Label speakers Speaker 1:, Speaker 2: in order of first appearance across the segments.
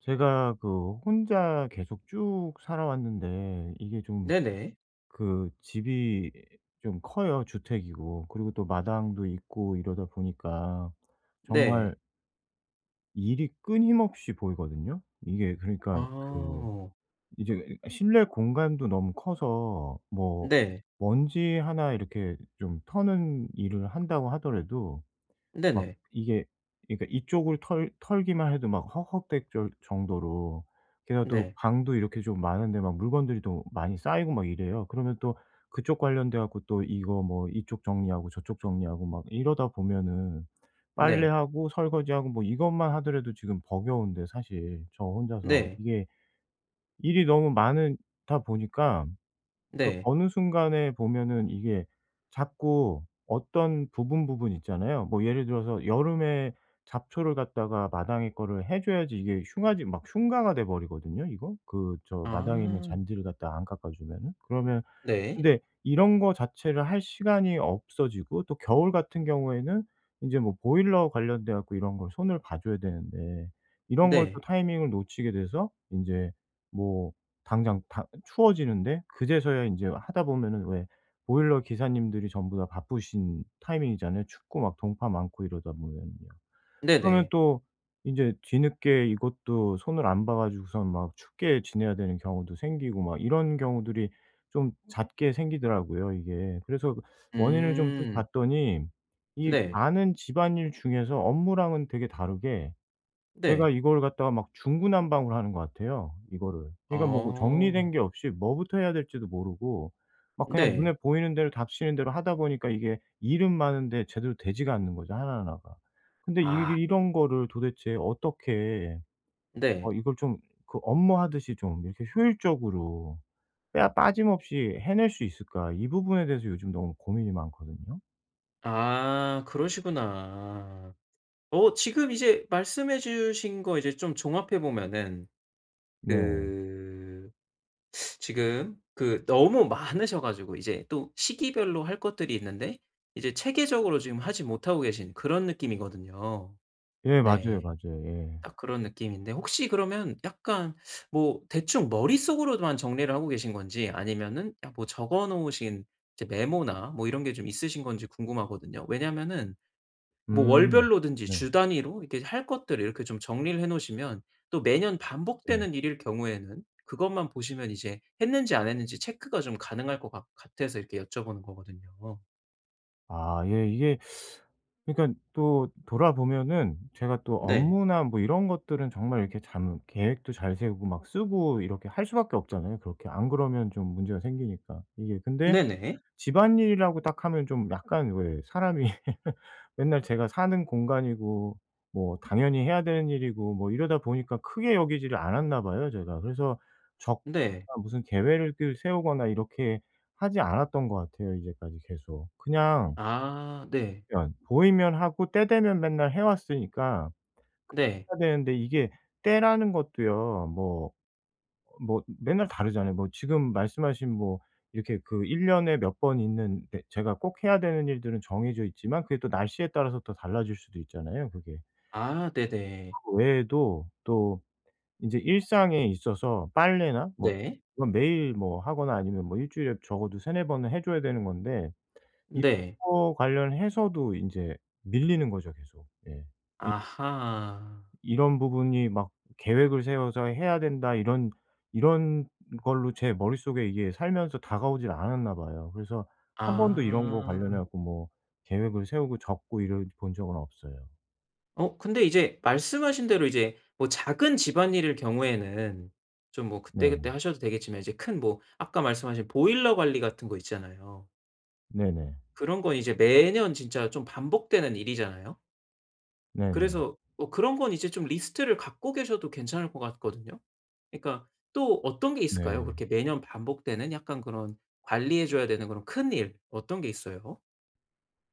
Speaker 1: 제가 그 혼자 계속 쭉 살아왔는데 이게 좀
Speaker 2: 네네.
Speaker 1: 그 집이 좀 커요, 주택이고. 그리고 또 마당도 있고 이러다 보니까 정말
Speaker 2: 네.
Speaker 1: 일이 끊임없이 보이거든요. 이게 그러니까 그
Speaker 2: 아.
Speaker 1: 이제 실내 공간도 너무 커서 뭐
Speaker 2: 네.
Speaker 1: 먼지 하나 이렇게 좀 터는 일을 한다고 하더라도 막
Speaker 2: 네네.
Speaker 1: 이게 그러니까 이쪽을 털 털기만 해도 막 헉헉댈 정도로. 게다가 또
Speaker 2: 네.
Speaker 1: 방도 이렇게 좀 많은데 막 물건들이 또 많이 쌓이고 막 이래요. 그러면 또 그쪽 관련돼 갖고 또 이거 뭐 이쪽 정리하고 저쪽 정리하고 막 이러다 보면은
Speaker 2: 네.
Speaker 1: 빨래하고 설거지하고 뭐 이것만 하더라도 지금 버거운데, 사실 저 혼자서
Speaker 2: 네.
Speaker 1: 이게 일이 너무 많은 다 보니까 그
Speaker 2: 네.
Speaker 1: 어느 순간에 보면은 이게 자꾸 어떤 부분 있잖아요. 뭐 예를 들어서 여름에 잡초를 갖다가 마당에 거를 해 줘야지 이게 흉아지 막 흉가가 돼 버리거든요 이거. 그 저 마당에 있는
Speaker 2: 아.
Speaker 1: 잔디를 갖다가 안 깎아 주면은. 그러면
Speaker 2: 네.
Speaker 1: 근데 이런 거 자체를 할 시간이 없어지고, 또 겨울 같은 경우에는 인제 뭐 보일러 관련돼 갖고 이런 걸 손을 봐 줘야 되는데 이런 걸 또
Speaker 2: 네.
Speaker 1: 타이밍을 놓치게 돼서 인제 뭐 당장 다 추워지는데 그제서야 인제 하다 보면은 왜 보일러 기사님들이 전부 다 바쁘신 타이밍이잖아요. 춥고 막 동파 많고 이러다 보면요. 그러면
Speaker 2: 네네.
Speaker 1: 또 인제 뒤늦게 이것도 손을 안 봐 가지고선 막 춥게 지내야 되는 경우도 생기고 막 이런 경우들이 좀 잦게 생기더라고요 이게. 그래서 그 원인을 좀 쭉
Speaker 2: 음.
Speaker 1: 봤더니 이
Speaker 2: 네.
Speaker 1: 많은 집안일 중에서 업무랑은 되게 다르게 제가
Speaker 2: 네.
Speaker 1: 이걸 갖다가 막 중구난방으로 하는 것 같아요, 이거를. 그러니까 뭐 그 정리된
Speaker 2: 어.
Speaker 1: 게 없이 뭐부터 해야 될지도 모르고 막 그냥 눈에
Speaker 2: 네.
Speaker 1: 보이는 대로 닥치는 대로 하다 보니까 이게 일은 많은데 제대로 되지가 않는 거죠, 하나하나가. 근데 이
Speaker 2: 아.
Speaker 1: 이런 거를 도대체 어떻게
Speaker 2: 네.
Speaker 1: 어 이걸 좀 그 업무하듯이 좀 이렇게 효율적으로 빼 빠짐없이 해낼 수 있을까? 이 부분에 대해서 요즘 너무 고민이 많거든요.
Speaker 2: 아, 그러시구나. 어 지금 이제 말씀해 주신 거 이제 좀 종합해 보면은,
Speaker 1: 네.
Speaker 2: 그 지금 그 너무 많으셔 가지고 이제 또 시기별로 할 것들이 있는데 이제 체계적으로 지금 하지 못하고 계신 그런 느낌이거든요.
Speaker 1: 예, 맞아요,
Speaker 2: 네.
Speaker 1: 맞아요. 예.
Speaker 2: 딱 그런 느낌인데 혹시 그러면 약간 뭐 대충 머릿속으로만 정리를 하고 계신 건지 아니면은 야 뭐 적어 놓으신 이제 메모나 뭐 이런 게 좀 있으신 건지 궁금하거든요. 왜냐면은 뭐
Speaker 1: 음.
Speaker 2: 월별로든지
Speaker 1: 네.
Speaker 2: 주 단위로 이렇게 할 것들을 이렇게 좀 정리를 해 놓으시면 또 매년
Speaker 1: 네.
Speaker 2: 반복되는 일일 경우에는 그것만 보시면 이제 했는지 안 했는지 체크가 좀 가능할 것 같 같아서 이렇게 여쭤보는 거거든요.
Speaker 1: 아, 예. 이게 그러니까 또 돌아보면은 제가 또
Speaker 2: 네.
Speaker 1: 업무나 뭐 이런 것들은 정말 이렇게 잠 계획도 잘 세우고 막 쓰고 이렇게 할 수밖에 없잖아요. 그렇게 안 그러면 좀 문제가 생기니까. 이게 근데
Speaker 2: 네네.
Speaker 1: 집안일이라고 딱 하면 좀 약간 왜 사람이 맨날 제가 사는 공간이고 뭐 당연히 해야 되는 일이고 뭐 이러다 보니까 크게 여기지를 않았나 봐요, 제가. 그래서 적
Speaker 2: 네.
Speaker 1: 무슨 계획을 세우거나 이렇게 하지 않았던 것 같아요, 이제까지 계속. 그냥
Speaker 2: 아 네.
Speaker 1: 보이면 하고 때 되면 맨날 해 왔으니까.
Speaker 2: 네.
Speaker 1: 해야 되는데 이게 때라는 것도요. 뭐 뭐 맨날 다르잖아요. 뭐 지금 말씀하신 뭐 이렇게 그 1년 년에 몇 번 있는 네 제가 꼭 해야 되는 일들은 정해져 있지만 그게 또 날씨에 따라서 또 달라질 수도 있잖아요 그게.
Speaker 2: 아 네네.
Speaker 1: 그 외에도 또 인제 일상에 있어서 빨래나 뭐
Speaker 2: 네.
Speaker 1: 이건 매일 뭐 하거나 아니면 뭐 일 주일에 적어도 3-4 번은 해 줘야 되는 건데
Speaker 2: 네.
Speaker 1: 이거 관련해서도 인제 밀리는 거죠 계속. 예.
Speaker 2: 아하.
Speaker 1: 이런 부분이 막 '계획을 세워서 해야 된다.' 이런 이런 걸로 제 머릿속에 이게 살면서 다가오질 않았나 봐요. 그래서 한 번도 이런 거 관련해
Speaker 2: 아.
Speaker 1: 갖고 뭐 계획을 세우고 적고 이래 본 적은 없어요.
Speaker 2: 어 근데 이제 말씀하신 대로 이제 뭐 작은 집안일일 경우에는 좀 뭐 그때그때
Speaker 1: 네.
Speaker 2: 하셔도 되겠지만 이제 큰 뭐 아까 말씀하신 보일러 관리 같은 거 있잖아요.
Speaker 1: 네네.
Speaker 2: 그런 건 이제 매년 진짜 좀 반복되는 일이잖아요.
Speaker 1: 네네.
Speaker 2: 그래서 뭐 그런 건 이제 좀 리스트를 갖고 계셔도 괜찮을 것 같거든요. 그러니까 또 어떤 게 있을까요?
Speaker 1: 네.
Speaker 2: 그렇게 매년 반복되는 약간 그런 관리해 줘야 되는 그런 큰 일 어떤 게 있어요?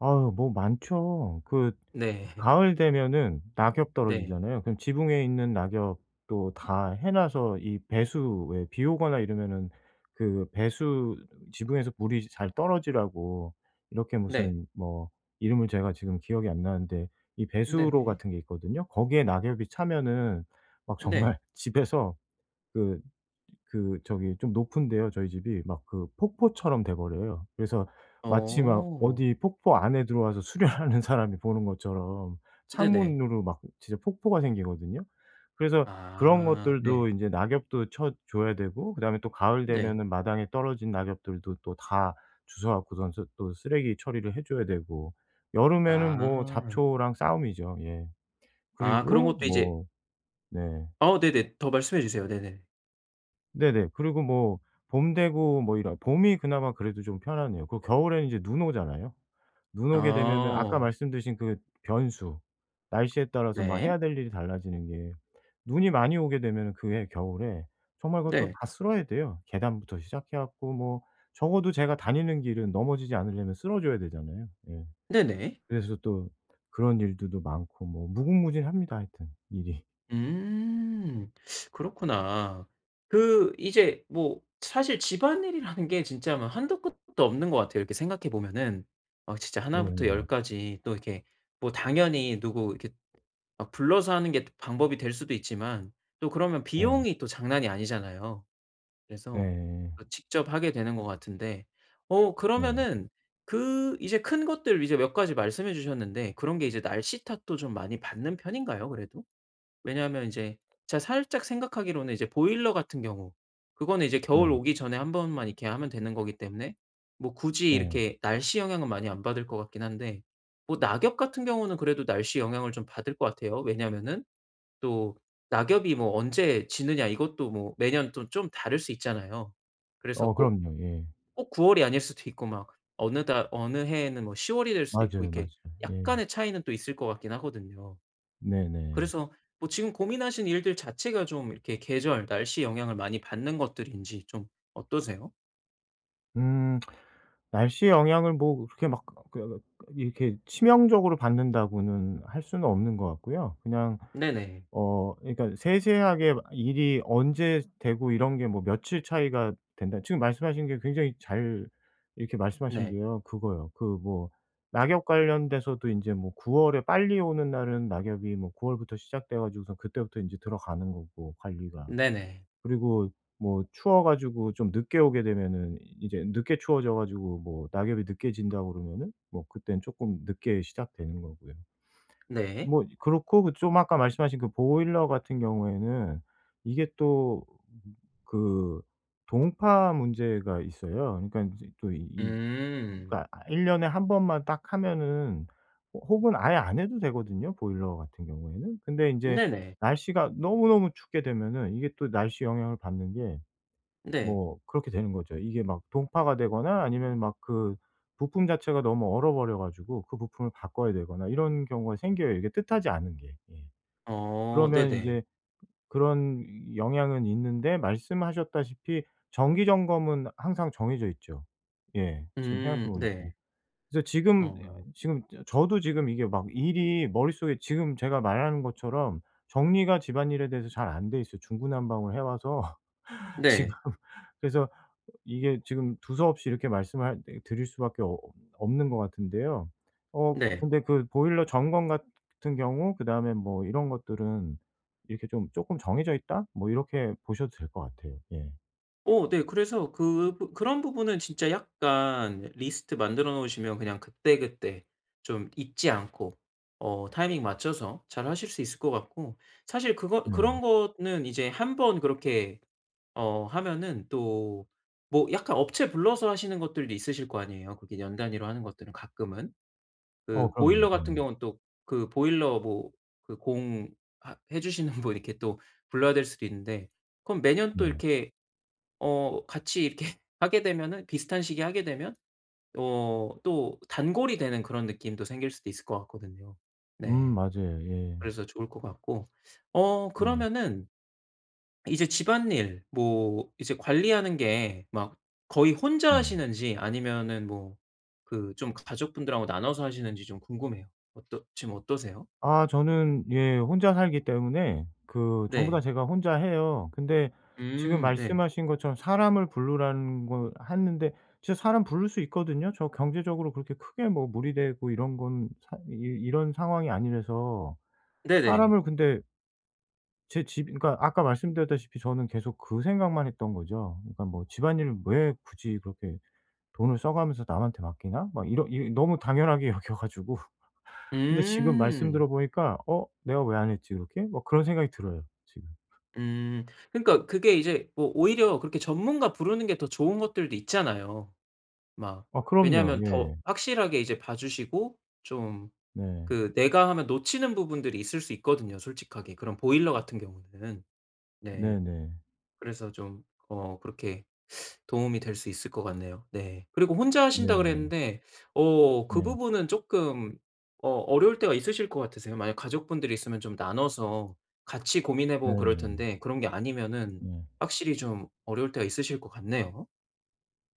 Speaker 1: 아유, 뭐 많죠. 그
Speaker 2: 네.
Speaker 1: 가을 되면은 낙엽
Speaker 2: 네.
Speaker 1: 떨어지잖아요. 그럼 지붕에 있는 낙엽도 다 해 놔서 이 배수 왜 비 오거나 이러면은 그 배수 지붕에서 물이 잘 떨어지라고 이렇게
Speaker 2: 네.
Speaker 1: 무슨 뭐 이름을 제가 지금 기억이 안 나는데 이 배수로
Speaker 2: 네네.
Speaker 1: 같은 게 있거든요. 거기에 낙엽이 차면은 막
Speaker 2: 네.
Speaker 1: 정말 집에서 그 그 저기 좀 높은데요 저희 집이. 막 그 폭포처럼 돼 버려요. 그래서 마치 막
Speaker 2: 어.
Speaker 1: 어디 폭포 안에 들어와서 수련하는 사람이 보는 것처럼
Speaker 2: 네네.
Speaker 1: 창문으로 막 진짜 폭포가 생기거든요. 그래서 그런
Speaker 2: 아 네.
Speaker 1: 것들도 이제 낙엽도 쳐 줘야 되고, 그다음에 또 가을
Speaker 2: 네.
Speaker 1: 되면은 마당에 떨어진 낙엽들도 또 다 주워 갖고선 또 쓰레기 처리를 해 줘야 되고 여름에는 뭐
Speaker 2: 아.
Speaker 1: 잡초랑 싸움이죠. 예.
Speaker 2: 아 그런
Speaker 1: 그리고
Speaker 2: 것도 이제
Speaker 1: 뭐 네.
Speaker 2: 어 네네. 더 말씀해 주세요. 네네.
Speaker 1: 네네. 그리고 뭐 봄 되고 뭐 이런 봄이 그나마 그래도 좀 편하네요. 그 겨울에는 이제 눈 오잖아요. 눈 오게 되면은 아까 말
Speaker 2: 어.
Speaker 1: 씀드신 그 변수, 날씨에 따라서 막
Speaker 2: 네.
Speaker 1: 해야 될 일이 달라지는 게 눈이 많이 오게 되면은 그해 겨울에 정말 그것도
Speaker 2: 네.
Speaker 1: 다 쓸어야 돼요. 계단부터 시작해 갖고 뭐 적어도 제가 다니는 길은 넘어지지 않으려면 쓸어 줘야 되잖아요. 예.
Speaker 2: 네네.
Speaker 1: 그래서 또 그런 일들도 많고 뭐 무궁무진합니다 하여튼 일이.
Speaker 2: 음. 그렇구나. 그 이제 뭐 사실 집안일이라는 게 진짜 막 한도 끝도 없는 것 같아요, 이렇게 생각해 보면은. 막 진짜 하나 부터
Speaker 1: 네네.
Speaker 2: 열 까지 또 이렇게 뭐 당연히 누구 이렇게 막 불러서 하는 게 방법이 될 수도 있지만 또 그러면
Speaker 1: 네.
Speaker 2: 비용이 또 장난이 아니잖아요.
Speaker 1: 네.
Speaker 2: 그래서
Speaker 1: 네.
Speaker 2: 어 직접 하게 되는 것 같은데 어
Speaker 1: 네.
Speaker 2: 그러면은 그 이제 큰 것들 이제 몇 가지 말씀해 주셨는데 그런 게 이제 날씨 탓도 좀 많이 받는 편인가요 그래도? 왜냐하면 이제 제가 살짝 생각하기로는 이제 보일러 같은 경우 그거는 이제 겨울
Speaker 1: 네.
Speaker 2: 오기 전에 한 번만 이렇게 하면 되는 거기 때문에 뭐 굳이
Speaker 1: 네.
Speaker 2: 이렇게 날씨 영향은 많이 안 받을 것 같긴 한데 뭐 낙엽 같은 경우는 그래도 날씨 영향을 좀 받을 것 같아요. 왜냐하면은 또 낙엽이 뭐 언제 지느냐 이것도 뭐 매년 또 좀 다를 수 있잖아요. 그래서
Speaker 1: 어,
Speaker 2: 꼭
Speaker 1: 그럼요. 예.
Speaker 2: 꼭 9 월이 아닐 수도 있고 막 어느 달 어느 해에는 뭐 10 월이 될 수도 있고
Speaker 1: 맞아요,
Speaker 2: 이렇게
Speaker 1: 맞아요. 예.
Speaker 2: 약간의 차이는 또 있을 것 같긴 하거든요.
Speaker 1: 네네.
Speaker 2: 그래서 뭐 지금 고민하신 일들 자체가 좀 이렇게 계절, 날씨 영향을 많이 받는 것들인지 좀 어떠세요?
Speaker 1: 음, 날씨의 영향을 뭐 그렇게 막그 그, 이렇게 치명적으로 받는다고는 할 수는 없는 것 같고요. 그냥
Speaker 2: 네네.
Speaker 1: 어 그러니까 세세하게 일이 언제 되고 이런 게 뭐 며칠 차이가 된다 지금 말씀하신 게 굉장히 잘 이렇게 말씀하신
Speaker 2: 네.
Speaker 1: 게요 그거요. 그 뭐 낙엽 관련돼서도 인제 뭐 9월 월에 빨리 오는 날은 낙엽이 뭐 9월 월부터 시작돼 가지고선 그때부터 인제 들어가는 거고 관리가.
Speaker 2: 네네.
Speaker 1: 그리고 뭐 추워 가지고 좀 늦게 오게 되면은 이제 늦게 추워져 가지고 뭐 낙엽이 늦게 진다고 그러면은 뭐 그땐 조금 늦게 시작되는 거고요.
Speaker 2: 네.
Speaker 1: 뭐 그렇고 그 좀 아까 말씀하신 그 보일러 같은 경우에는 이게 또 그 동파 문제가 있어요. 그러니까 인제 또 이
Speaker 2: 음.
Speaker 1: 그러니까 아 1년 년에 한 번만 딱 하면은 호 혹은 아예 안 해도 되거든요, 보일러 같은 경우에는. 근데 인제
Speaker 2: 네네.
Speaker 1: 날씨가 너무너무 춥게 되면은 이게 또 날씨 영향을 받는 게
Speaker 2: 네.
Speaker 1: 뭐 그렇게 되는 거죠. 이게 막 동파가 되거나 아니면 막 그 부품 자체가 너무 얼어버려 가지고 그 부품을 바꿔야 되거나 이런 경우가 생겨요, 이게 뜻하지 않은 게. 예.
Speaker 2: 어
Speaker 1: 그러면
Speaker 2: 네네.
Speaker 1: 인제 그런 영향은 있는데 말씀하셨다시피 정기 점검은 항상 정해져 있죠. 예. 지금 생각해 보니까.
Speaker 2: 네.
Speaker 1: 그래서 지금
Speaker 2: 어.
Speaker 1: 지금 저 저도 지금 이게 막 일이 머릿속에 지금 제가 말하는 것처럼 정리가 집안일에 대해서 잘 안 돼 있어요. 중구난방을 해 와서 지금
Speaker 2: 네.
Speaker 1: 그래서 이게 지금 두서없이 이렇게 말씀을 네 드릴 수밖에 어 없는 것 같은데요. 어
Speaker 2: 네.
Speaker 1: 근데 그 보일러 점검 같은 경우 그다음에 뭐 이런 것들은 이렇게 좀 '쪼끔 정해져 있다.' 뭐 이렇게 보셔도 될 것 같아요. 예.
Speaker 2: 어 네. 그래서 그 부 그런 부분은 진짜 약간 리스트 만들어 놓으시면 그냥 그때그때 좀 잊지 않고 어 타이밍 맞춰서 잘 하실 수 있을 것 같고, 사실 그거
Speaker 1: 네.
Speaker 2: 그런 거는 이제 한번 그렇게 어 하면은 또 뭐 약간 업체 불러서 하시는 것들도 있으실 거 아니에요. 그게 연 단위로 하는 것들은 가끔은.
Speaker 1: 어,
Speaker 2: 그
Speaker 1: 그럼요.
Speaker 2: 보일러 같은
Speaker 1: 네.
Speaker 2: 경우는 또 그 보일러 뭐 그 공 하 해 주시는 분 이렇게 또 불러야 될 수도 있는데, 그럼 매년 또
Speaker 1: 네.
Speaker 2: 이렇게 어 같이 이렇게 하게 되면은 비슷한 시기에 하게 되면 어 또 단골이 되는 그런 느낌도 생길 수도 있을 것 같거든요.
Speaker 1: 음,
Speaker 2: 네.
Speaker 1: 맞아요. 예.
Speaker 2: 그래서 좋을 것 같고 어
Speaker 1: 네.
Speaker 2: 그러면은 이제 집안일 뭐 이제 관리하는 게 막 거의 혼자
Speaker 1: 네.
Speaker 2: 하시는지 아니면은 뭐 그 좀 가족분들하고 나눠서 하시는지 좀 궁금해요. 어떠 지금 어떠세요?
Speaker 1: 아 저는 예 혼자 살기 때문에 그 전부 다
Speaker 2: 네.
Speaker 1: 제가 혼자 해요. 근데 지금
Speaker 2: 네.
Speaker 1: 말씀하신 것처럼 사람을 부르라는 걸 하는데 진짜 사람 부를 수 있거든요. 저 경제적으로 그렇게 크게 뭐 무리되고 이런 건 사 이 이런 상황이 아니라서.
Speaker 2: 네 네.
Speaker 1: 사람을 근데 제 집 그러니까 아까 말씀드렸다시피 저는 계속 그 생각만 했던 거죠. 그러니까 뭐 '집안일을 왜 굳이 그렇게 돈을 써 가면서 남한테 맡기나?' 막 이러 이 너무 당연하게 여겨 가지고 근데 지금 말씀
Speaker 2: 음.
Speaker 1: 들어보니까 '어 내가 왜 안 했지 그렇게?' 막 그런 생각이 들어요 지금.
Speaker 2: 음. 그러니까 그게 이제 뭐 오히려 그렇게 전문가 부르는 게 더 좋은 것들도 있잖아요. 막
Speaker 1: 아, 그럼요.
Speaker 2: 왜냐하면 더
Speaker 1: 예.
Speaker 2: 확실하게 이제 봐 주시고 좀
Speaker 1: 네.
Speaker 2: 그 내가 하면 놓치는 부분들이 있을 수 있거든요 솔직하게 그런 보일러 같은 경우는. 네.
Speaker 1: 네네.
Speaker 2: 그래서 좀 어 그렇게 도움이 될 수 있을 것 같네요. 네. 그리고 혼자 하신다
Speaker 1: 네네.
Speaker 2: 그랬는데 어 그
Speaker 1: 네.
Speaker 2: 부분은 쪼끔 어 어려울 때가 있으실 것 같으세요? 만약 가족분들이 있으면 좀 나눠서 같이 고민해 보고 그럴
Speaker 1: 네네.
Speaker 2: 텐데 그런 게 아니면은
Speaker 1: 네.
Speaker 2: 확실히 좀 어려울 때가 있으실 것 같네요.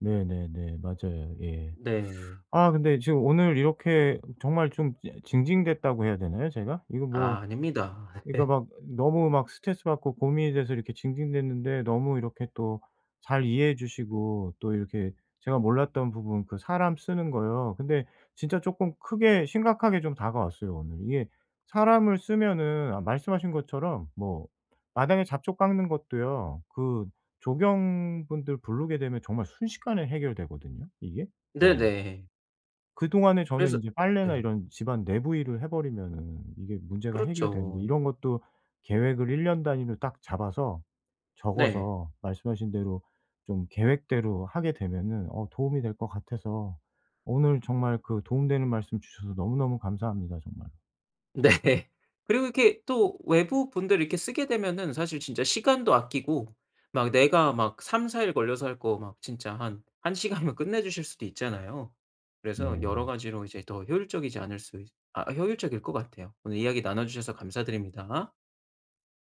Speaker 1: 네네네. 맞아요. 예.
Speaker 2: 네.
Speaker 1: 아 근데 지금 오늘 이렇게 정말 좀 찡 징징댔다고 해야 되나요 제가? 이거
Speaker 2: 아
Speaker 1: 뭐
Speaker 2: 아닙니다.
Speaker 1: 그러니까 막 너무 막 스트레스 받고 고민이 돼서 이렇게 징징댔는데 너무 이렇게 또 잘 이해해 주시고 또 이렇게 제가 몰랐던 부분 그 사람 쓰는 거요. 근데 진짜 쪼끔 크게 심각하게 좀 다가왔어요 오늘. 이게 사람을 쓰면은 아 말씀하신 것처럼 뭐 마당에 잡초 깎는 것도요. 그 조경분들 부르게 되면 정말 순식간에 해결되거든요 이게. 뭐
Speaker 2: 네네.
Speaker 1: 그동안에 저는
Speaker 2: 그래서
Speaker 1: 인제 빨래나
Speaker 2: 네.
Speaker 1: 이런 집안 내부 일을 해 버리면은 이게 문제가 해결되는데
Speaker 2: 그렇죠.
Speaker 1: 이런 것도 계획을 1년 단위로 딱 잡아서
Speaker 2: 네.
Speaker 1: 적어서 말씀하신 대로 좀 계획대로 하게 되면은 어 도움이 될 것 같아서 오늘 정말 그 도움되는 말씀 주셔서 너무너무 감사합니다 정말로.
Speaker 2: 네. 그리고 이렇게 또 외부 분들 이렇게 쓰게 되면은 사실 진짜 시간도 아끼고 막 내가 막 3~4일 걸려서 할 거 막 진짜 한 1 시간이면 끝내 주실 수도 있잖아요. 그래서 여러
Speaker 1: 네.
Speaker 2: 가지로 이제 더 효율적이지 않을 수 있 아, 효율적일 것 같아요. 오늘 이야기 나눠 주셔서 감사드립니다.